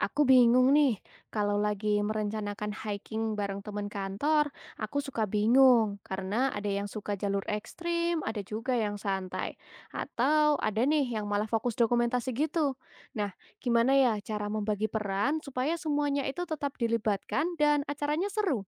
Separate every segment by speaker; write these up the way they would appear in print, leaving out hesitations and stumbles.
Speaker 1: Aku bingung nih, kalau lagi merencanakan hiking bareng teman kantor, aku suka bingung karena ada yang suka jalur ekstrim, ada juga yang santai, atau ada nih yang malah fokus dokumentasi gitu. Nah, gimana ya cara membagi peran supaya semuanya itu tetap dilibatkan dan acaranya seru?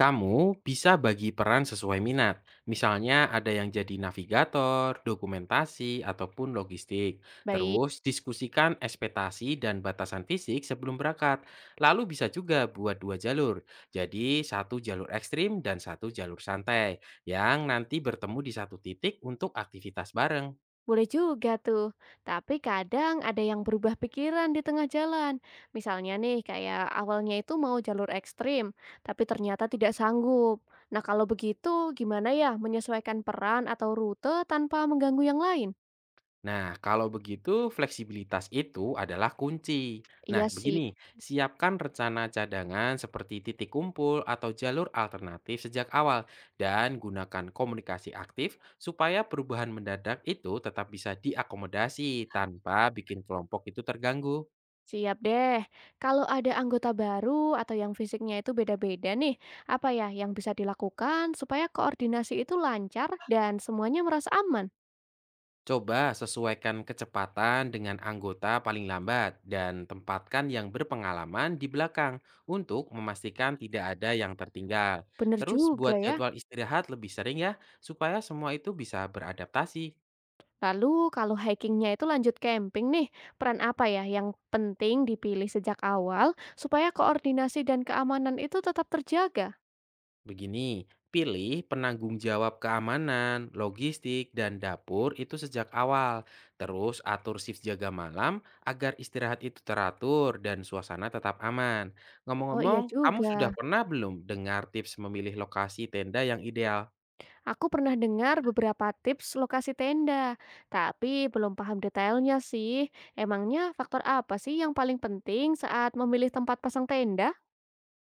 Speaker 2: Kamu bisa bagi peran sesuai minat. Misalnya ada yang jadi navigator, dokumentasi, ataupun logistik.
Speaker 1: Baik.
Speaker 2: Terus diskusikan ekspektasi dan batasan fisik sebelum berangkat. Lalu bisa juga buat dua jalur. Jadi satu jalur ekstrim dan satu jalur santai. Yang nanti bertemu di satu titik untuk aktivitas bareng.
Speaker 1: Boleh juga tuh, tapi kadang ada yang berubah pikiran di tengah jalan. Misalnya nih, kayak awalnya itu mau jalur ekstrim, tapi ternyata tidak sanggup. Nah, kalau begitu, gimana ya menyesuaikan peran atau rute tanpa mengganggu yang lain?
Speaker 2: Nah, kalau begitu fleksibilitas itu adalah kunci.
Speaker 1: Iya
Speaker 2: Nah,
Speaker 1: sih,
Speaker 2: begini, siapkan rencana cadangan seperti titik kumpul atau jalur alternatif sejak awal dan gunakan komunikasi aktif supaya perubahan mendadak itu tetap bisa diakomodasi tanpa bikin kelompok itu terganggu.
Speaker 1: siap deh. Kalau ada anggota baru atau yang fisiknya itu beda-beda nih, apa ya yang bisa dilakukan supaya koordinasi itu lancar dan semuanya merasa aman?
Speaker 2: Coba sesuaikan kecepatan dengan anggota paling lambat dan tempatkan yang berpengalaman di belakang untuk memastikan tidak ada yang tertinggal.
Speaker 1: Bener
Speaker 2: Terus
Speaker 1: juga
Speaker 2: buat
Speaker 1: ya.
Speaker 2: jadwal istirahat lebih sering ya, supaya semua itu bisa beradaptasi.
Speaker 1: Lalu kalau hikingnya itu lanjut camping nih, peran apa ya yang penting dipilih sejak awal supaya koordinasi dan keamanan itu tetap terjaga?
Speaker 2: Begini, pilih penanggung jawab keamanan, logistik, dan dapur itu sejak awal. Terus atur shift jaga malam agar istirahat itu teratur dan suasana tetap aman.
Speaker 1: Oh iya
Speaker 2: Ngomong-ngomong, kamu
Speaker 1: juga,
Speaker 2: sudah pernah belum dengar tips memilih lokasi tenda yang ideal?
Speaker 1: aku pernah dengar beberapa tips lokasi tenda, tapi belum paham detailnya sih. Emangnya faktor apa sih yang paling penting saat memilih tempat pasang tenda?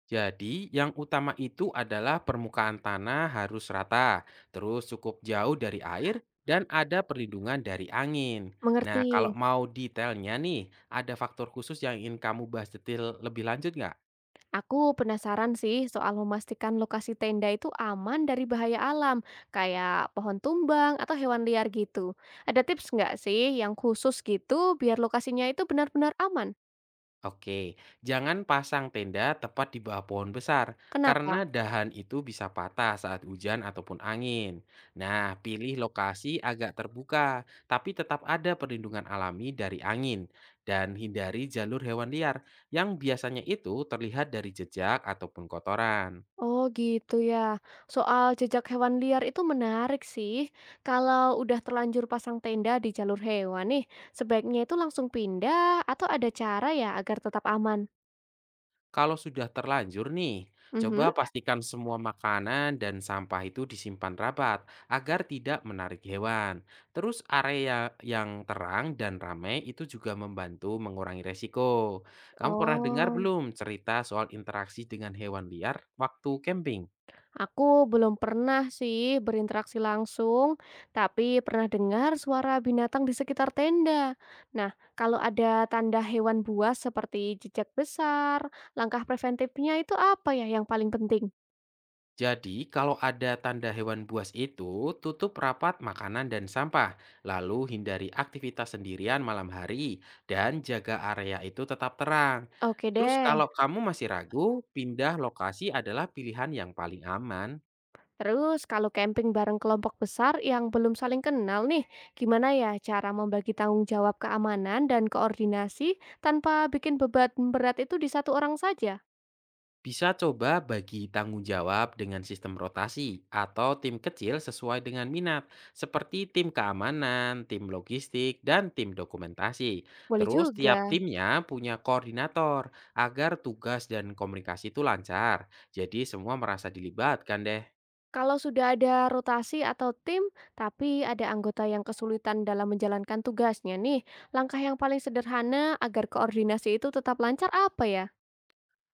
Speaker 2: Jadi, yang utama itu adalah permukaan tanah harus rata, terus cukup jauh dari air, dan ada perlindungan dari angin. Nah,
Speaker 1: Mengerti.
Speaker 2: kalau mau detailnya nih, ada faktor khusus yang ingin kamu bahas detail lebih lanjut nggak?
Speaker 1: Aku penasaran sih soal memastikan lokasi tenda itu aman dari bahaya alam, kayak pohon tumbang atau hewan liar gitu. Ada tips nggak sih yang khusus gitu biar lokasinya itu benar-benar aman?
Speaker 2: Oke, jangan pasang tenda tepat di bawah pohon besar karena
Speaker 1: Kenapa?
Speaker 2: dahan itu bisa patah saat hujan ataupun angin. Nah, pilih lokasi agak terbuka tapi tetap ada perlindungan alami dari angin dan hindari jalur hewan liar yang biasanya itu terlihat dari jejak ataupun kotoran.
Speaker 1: Oh gitu ya. Soal jejak hewan liar itu menarik sih. Kalau udah terlanjur pasang tenda di jalur hewan nih, sebaiknya itu langsung pindah atau ada cara ya agar tetap aman?
Speaker 2: Kalau sudah terlanjur nih, coba
Speaker 1: Mhm.
Speaker 2: pastikan semua makanan dan sampah itu disimpan rapat agar tidak menarik hewan. Terus area yang terang dan ramai itu juga membantu mengurangi resiko. Kamu pernah dengar
Speaker 1: Oh,
Speaker 2: belum cerita soal interaksi dengan hewan liar waktu camping?
Speaker 1: aku belum pernah sih berinteraksi langsung, tapi pernah dengar suara binatang di sekitar tenda. Nah, kalau ada tanda hewan buas seperti jejak besar, langkah preventifnya itu apa ya yang paling penting?
Speaker 2: Jadi, kalau ada tanda hewan buas itu, tutup rapat makanan dan sampah, lalu hindari aktivitas sendirian malam hari, dan jaga area itu tetap terang.
Speaker 1: Oke
Speaker 2: Terus
Speaker 1: deh.
Speaker 2: kalau kamu masih ragu, pindah lokasi adalah pilihan yang paling aman.
Speaker 1: Terus kalau camping bareng kelompok besar yang belum saling kenal nih, gimana ya cara membagi tanggung jawab keamanan dan koordinasi tanpa bikin beban berat itu di satu orang saja?
Speaker 2: Bisa coba bagi tanggung jawab dengan sistem rotasi atau tim kecil sesuai dengan minat, seperti tim keamanan, tim logistik, dan tim dokumentasi.
Speaker 1: Boleh
Speaker 2: Terus
Speaker 1: juga.
Speaker 2: tiap timnya punya koordinator agar tugas dan komunikasi itu lancar. Jadi semua merasa dilibatkan deh.
Speaker 1: Kalau sudah ada rotasi atau tim, tapi ada anggota yang kesulitan dalam menjalankan tugasnya nih, langkah yang paling sederhana agar koordinasi itu tetap lancar apa ya?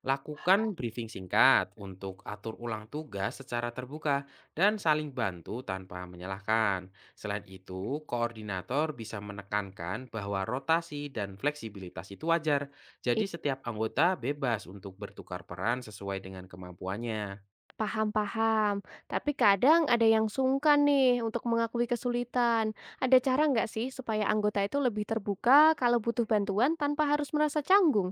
Speaker 2: Lakukan briefing singkat untuk atur ulang tugas secara terbuka dan saling bantu tanpa menyalahkan. Selain itu, koordinator bisa menekankan bahwa rotasi dan fleksibilitas itu wajar.
Speaker 1: Iya,
Speaker 2: Jadi setiap anggota bebas untuk bertukar peran sesuai dengan kemampuannya.
Speaker 1: paham-paham, tapi kadang ada yang sungkan nih untuk mengakui kesulitan. Ada cara nggak sih supaya anggota itu lebih terbuka kalau butuh bantuan tanpa harus merasa canggung?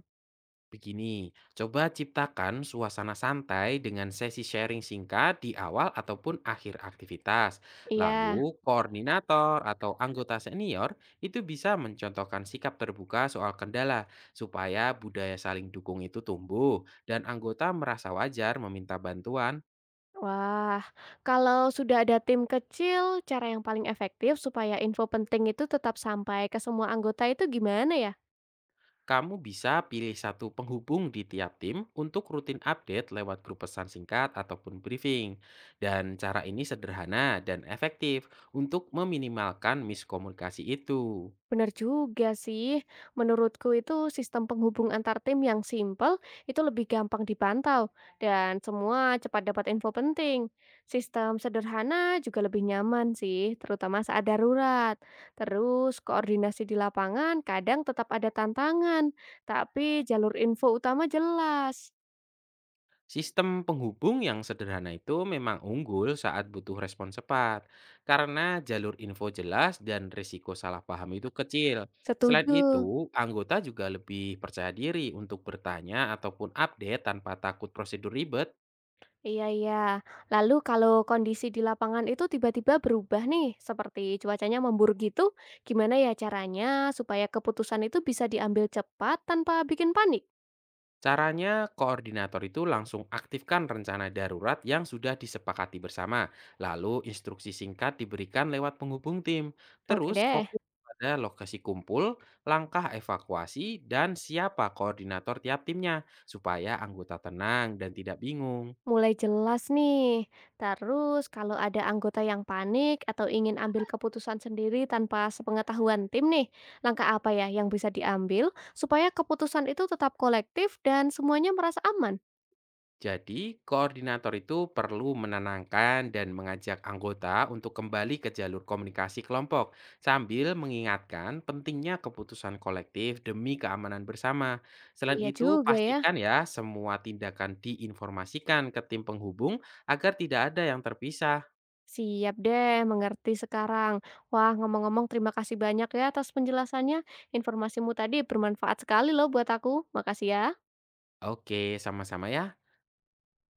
Speaker 2: Begini, coba ciptakan suasana santai dengan sesi sharing singkat di awal ataupun akhir aktivitas.
Speaker 1: Iya,
Speaker 2: Lalu, koordinator atau anggota senior itu bisa mencontohkan sikap terbuka soal kendala supaya budaya saling dukung itu tumbuh dan anggota merasa wajar meminta bantuan.
Speaker 1: wah, kalau sudah ada tim kecil, cara yang paling efektif supaya info penting itu tetap sampai ke semua anggota itu gimana ya?
Speaker 2: Kamu bisa pilih satu penghubung di tiap tim untuk rutin update lewat grup pesan singkat ataupun briefing. Dan cara ini sederhana dan efektif untuk meminimalkan miskomunikasi itu.
Speaker 1: Bener juga sih. Menurutku itu sistem penghubung antar tim yang simpel itu lebih gampang dipantau dan semua cepat dapat info penting. Sistem sederhana juga lebih nyaman sih, terutama saat darurat. Terus koordinasi di lapangan kadang tetap ada tantangan, tapi jalur info utama jelas.
Speaker 2: Sistem penghubung yang sederhana itu memang unggul saat butuh respon cepat, karena jalur info jelas dan risiko salah paham itu kecil. Selain
Speaker 1: Setuju.
Speaker 2: itu, anggota juga lebih percaya diri untuk bertanya ataupun update tanpa takut prosedur ribet.
Speaker 1: Iya, iya. Lalu kalau kondisi di lapangan itu tiba-tiba berubah nih, seperti cuacanya memburuk gitu, gimana ya caranya supaya keputusan itu bisa diambil cepat tanpa bikin panik?
Speaker 2: Caranya, koordinator itu langsung aktifkan rencana darurat yang sudah disepakati bersama. Lalu, instruksi singkat diberikan lewat penghubung tim.
Speaker 1: Oke
Speaker 2: Terus,
Speaker 1: deh,
Speaker 2: fokus pada lokasi kumpul, langkah evakuasi, dan siapa koordinator tiap timnya, supaya anggota tenang dan tidak bingung.
Speaker 1: mulai jelas nih. Terus kalau ada anggota yang panik atau ingin ambil keputusan sendiri tanpa sepengetahuan tim nih, langkah apa ya yang bisa diambil supaya keputusan itu tetap kolektif dan semuanya merasa aman?
Speaker 2: Jadi, koordinator itu perlu menenangkan dan mengajak anggota untuk kembali ke jalur komunikasi kelompok sambil mengingatkan pentingnya keputusan kolektif demi keamanan bersama. Selain
Speaker 1: Iya
Speaker 2: itu,
Speaker 1: juga ya.
Speaker 2: pastikan ya semua tindakan diinformasikan ke tim penghubung agar tidak ada yang terpisah.
Speaker 1: Siap deh, mengerti sekarang. Wah, ngomong-ngomong terima kasih banyak ya atas penjelasannya. Informasimu tadi bermanfaat sekali loh buat aku. Makasih ya.
Speaker 2: Oke, sama-sama ya.